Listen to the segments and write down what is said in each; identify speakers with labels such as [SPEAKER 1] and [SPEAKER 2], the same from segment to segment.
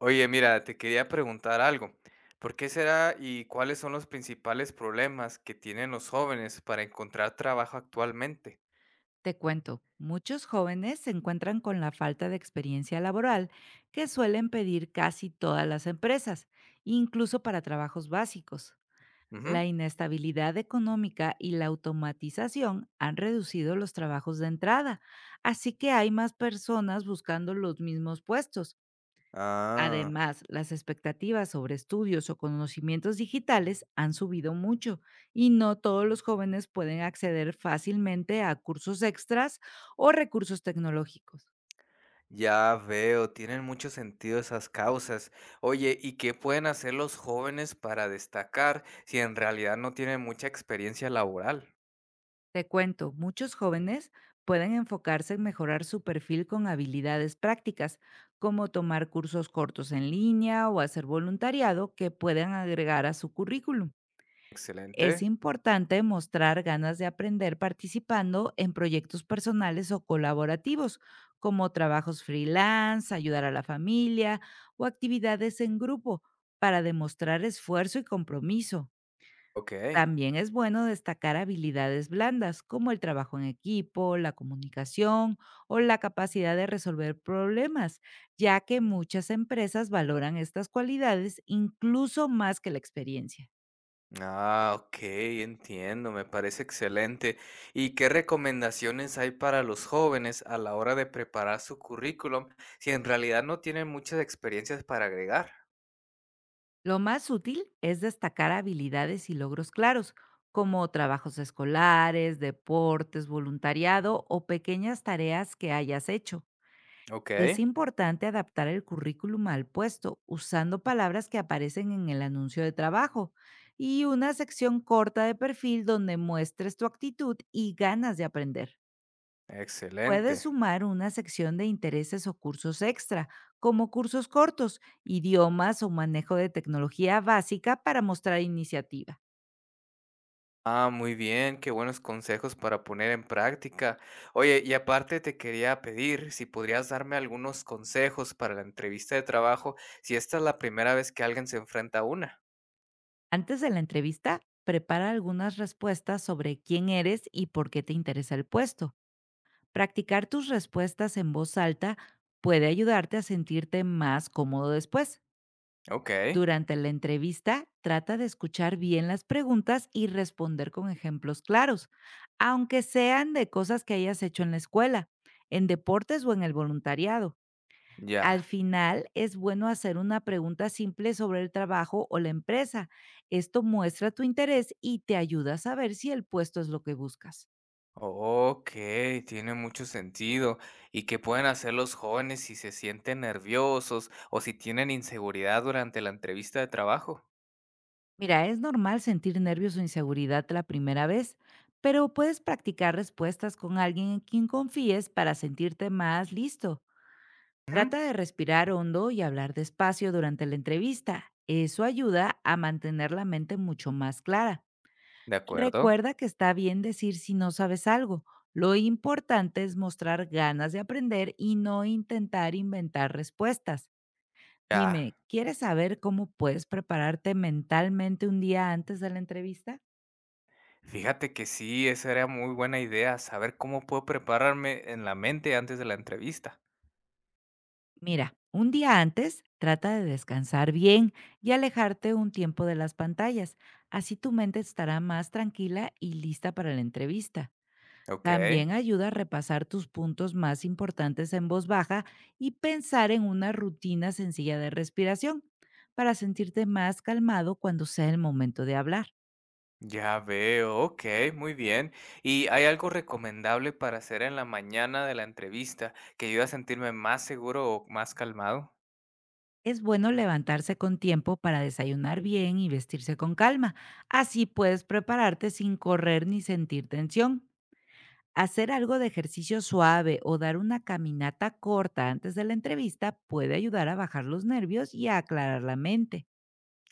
[SPEAKER 1] Oye, mira, te quería preguntar algo. ¿Por qué será y cuáles son los principales problemas que tienen los jóvenes para encontrar trabajo actualmente?
[SPEAKER 2] Te cuento, muchos jóvenes se encuentran con la falta de experiencia laboral que suelen pedir casi todas las empresas, incluso para trabajos básicos. La
[SPEAKER 1] Ujú.
[SPEAKER 2] inestabilidad económica y la automatización han reducido los trabajos de entrada, así que hay más personas buscando los mismos puestos.
[SPEAKER 1] Ah,
[SPEAKER 2] Además, las expectativas sobre estudios o conocimientos digitales han subido mucho y no todos los jóvenes pueden acceder fácilmente a cursos extras o recursos tecnológicos.
[SPEAKER 1] ya veo, tienen mucho sentido esas causas. Oye, ¿y qué pueden hacer los jóvenes para destacar si en realidad no tienen mucha experiencia laboral?
[SPEAKER 2] Te cuento, muchos jóvenes pueden enfocarse en mejorar su perfil con habilidades prácticas, como tomar cursos cortos en línea o hacer voluntariado que puedan agregar a su currículum. Es
[SPEAKER 1] Excelente.
[SPEAKER 2] importante mostrar ganas de aprender participando en proyectos personales o colaborativos, como trabajos freelance, ayudar a la familia o actividades en grupo, para demostrar esfuerzo y compromiso.
[SPEAKER 1] Ok.
[SPEAKER 2] También es bueno destacar habilidades blandas, como el trabajo en equipo, la comunicación o la capacidad de resolver problemas, ya que muchas empresas valoran estas cualidades incluso más que la experiencia.
[SPEAKER 1] Ah, ok, entiendo, me parece excelente. ¿Y qué recomendaciones hay para los jóvenes a la hora de preparar su currículum si en realidad no tienen muchas experiencias para agregar?
[SPEAKER 2] Lo más útil es destacar habilidades y logros claros, como trabajos escolares, deportes, voluntariado o pequeñas tareas que hayas hecho.
[SPEAKER 1] Ok,
[SPEAKER 2] Es importante adaptar el currículum al puesto usando palabras que aparecen en el anuncio de trabajo y una sección corta de perfil donde muestres tu actitud y ganas de aprender.
[SPEAKER 1] excelente.
[SPEAKER 2] Puedes sumar una sección de intereses o cursos extra, como cursos cortos, idiomas o manejo de tecnología básica para mostrar iniciativa.
[SPEAKER 1] Ah, muy bien, qué buenos consejos para poner en práctica. Oye, y aparte te quería pedir si podrías darme algunos consejos para la entrevista de trabajo si esta es la primera vez que alguien se enfrenta a una.
[SPEAKER 2] Antes de la entrevista, prepara algunas respuestas sobre quién eres y por qué te interesa el puesto. Practicar tus respuestas en voz alta puede ayudarte a sentirte más cómodo después.
[SPEAKER 1] Ok,
[SPEAKER 2] Durante la entrevista, trata de escuchar bien las preguntas y responder con ejemplos claros, aunque sean de cosas que hayas hecho en la escuela, en deportes o en el voluntariado. Al
[SPEAKER 1] ya.
[SPEAKER 2] final, es bueno hacer una pregunta simple sobre el trabajo o la empresa. Esto muestra tu interés y te ayuda a saber si el puesto es lo que buscas.
[SPEAKER 1] Ok, tiene mucho sentido. ¿Y qué pueden hacer los jóvenes si se sienten nerviosos o si tienen inseguridad durante la entrevista de trabajo?
[SPEAKER 2] Mira, es normal sentir nervios o inseguridad la primera vez, pero puedes practicar respuestas con alguien en quien confíes para sentirte más listo.
[SPEAKER 1] Ujú.
[SPEAKER 2] Trata de respirar hondo y hablar despacio durante la entrevista. Eso ayuda a mantener la mente mucho más clara.
[SPEAKER 1] ¿De acuerdo?
[SPEAKER 2] Recuerda que está bien decir si no sabes algo. Lo importante es mostrar ganas de aprender y no intentar inventar respuestas.
[SPEAKER 1] Ya.
[SPEAKER 2] Dime, ¿quieres saber cómo puedes prepararte mentalmente un día antes de la entrevista?
[SPEAKER 1] Fíjate que sí, esa era muy buena idea, saber cómo puedo prepararme en la mente antes de la entrevista.
[SPEAKER 2] Mira, un día antes trata de descansar bien y alejarte un tiempo de las pantallas. Así tu mente estará más tranquila y lista para la entrevista.
[SPEAKER 1] Ok,
[SPEAKER 2] También ayuda a repasar tus puntos más importantes en voz baja y pensar en una rutina sencilla de respiración para sentirte más calmado cuando sea el momento de hablar.
[SPEAKER 1] ya veo, ok, muy bien. ¿Y hay algo recomendable para hacer en la mañana de la entrevista que ayude a sentirme más seguro o más calmado?
[SPEAKER 2] Es bueno levantarse con tiempo para desayunar bien y vestirse con calma. Así puedes prepararte sin correr ni sentir tensión. Hacer algo de ejercicio suave o dar una caminata corta antes de la entrevista puede ayudar a bajar los nervios y a aclarar la mente.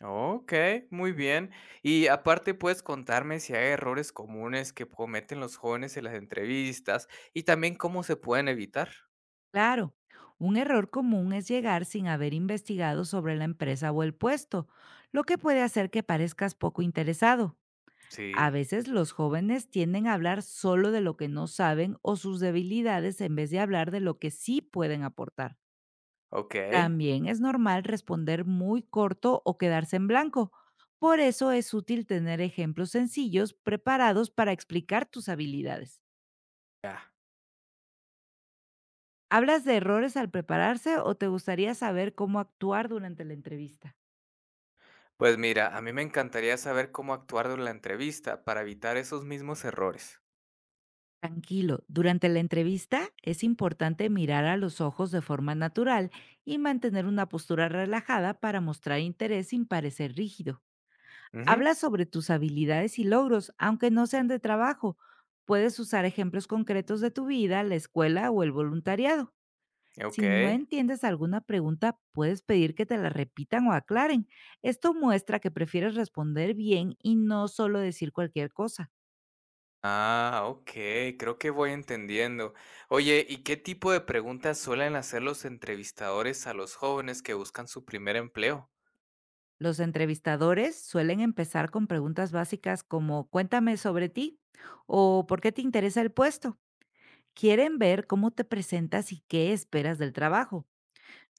[SPEAKER 1] Okey, muy bien. Y aparte, ¿puedes contarme si hay errores comunes que cometen los jóvenes en las entrevistas y también cómo se pueden evitar?
[SPEAKER 2] Claro, un error común es llegar sin haber investigado sobre la empresa o el puesto, lo que puede hacer que parezcas poco interesado. A
[SPEAKER 1] Sí,
[SPEAKER 2] veces los jóvenes tienden a hablar solo de lo que no saben o sus debilidades en vez de hablar de lo que sí pueden aportar.
[SPEAKER 1] okey,
[SPEAKER 2] También es normal responder muy corto o quedarse en blanco. Por eso es útil tener ejemplos sencillos preparados para explicar tus habilidades.
[SPEAKER 1] ya.
[SPEAKER 2] ¿Hablas de errores al prepararse o te gustaría saber cómo actuar durante la entrevista?
[SPEAKER 1] Pues mira, a mí me encantaría saber cómo actuar durante la entrevista para evitar esos mismos errores.
[SPEAKER 2] Tranquilo, durante la entrevista es importante mirar a los ojos de forma natural y mantener una postura relajada para mostrar interés sin parecer rígido.
[SPEAKER 1] Ujú,
[SPEAKER 2] Habla sobre tus habilidades y logros, aunque no sean de trabajo. Puedes usar ejemplos concretos de tu vida, la escuela o el voluntariado. Si no
[SPEAKER 1] okey.
[SPEAKER 2] entiendes alguna pregunta, puedes pedir que te la repitan o aclaren. Esto muestra que prefieres responder bien y no solo decir cualquier cosa.
[SPEAKER 1] Ah, okey, creo que voy entendiendo. Oye, ¿y qué tipo de preguntas suelen hacer los entrevistadores a los jóvenes que buscan su primer empleo?
[SPEAKER 2] Los entrevistadores suelen empezar con preguntas básicas como cuéntame sobre ti o por qué te interesa el puesto. Quieren ver cómo te presentas y qué esperas del trabajo.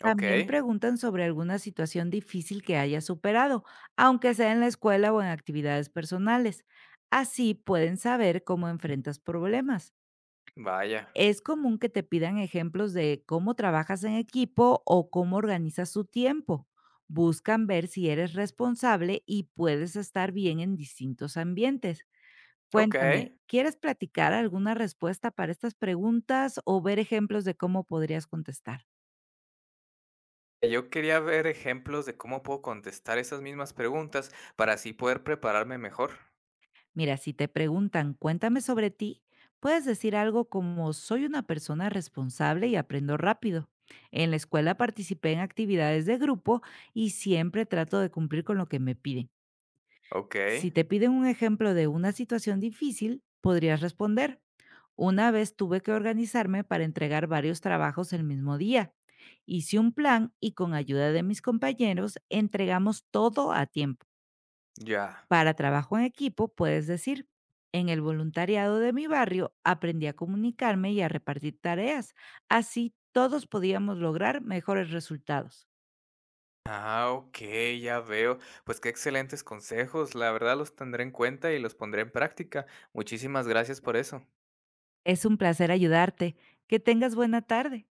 [SPEAKER 2] También
[SPEAKER 1] Okey,
[SPEAKER 2] preguntan sobre alguna situación difícil que haya superado, aunque sea en la escuela o en actividades personales. Así pueden saber cómo enfrentas problemas.
[SPEAKER 1] vaya,
[SPEAKER 2] Es común que te pidan ejemplos de cómo trabajas en equipo o cómo organizas tu tiempo. Buscan ver si eres responsable y puedes estar bien en distintos ambientes.
[SPEAKER 1] okey.
[SPEAKER 2] Cuéntame, ¿quieres platicar alguna respuesta para estas preguntas o ver ejemplos de cómo podrías contestar?
[SPEAKER 1] Yo quería ver ejemplos de cómo puedo contestar esas mismas preguntas para así poder prepararme mejor.
[SPEAKER 2] Mira, si te preguntan, cuéntame sobre ti, puedes decir algo como soy una persona responsable y aprendo rápido. En la escuela participé en actividades de grupo y siempre trato de cumplir con lo que me piden.
[SPEAKER 1] Ok,
[SPEAKER 2] Si te piden un ejemplo de una situación difícil, podrías responder. Una vez tuve que organizarme para entregar varios trabajos el mismo día. Hice un plan y con ayuda de mis compañeros entregamos todo a tiempo.
[SPEAKER 1] ya.
[SPEAKER 2] Para trabajo en equipo, puedes decir, en el voluntariado de mi barrio aprendí a comunicarme y a repartir tareas. Así todos podíamos lograr mejores resultados.
[SPEAKER 1] Ah, ok, ya veo. Pues qué excelentes consejos. La verdad los tendré en cuenta y los pondré en práctica. Muchísimas gracias por eso.
[SPEAKER 2] Es un placer ayudarte. Que tengas buena tarde.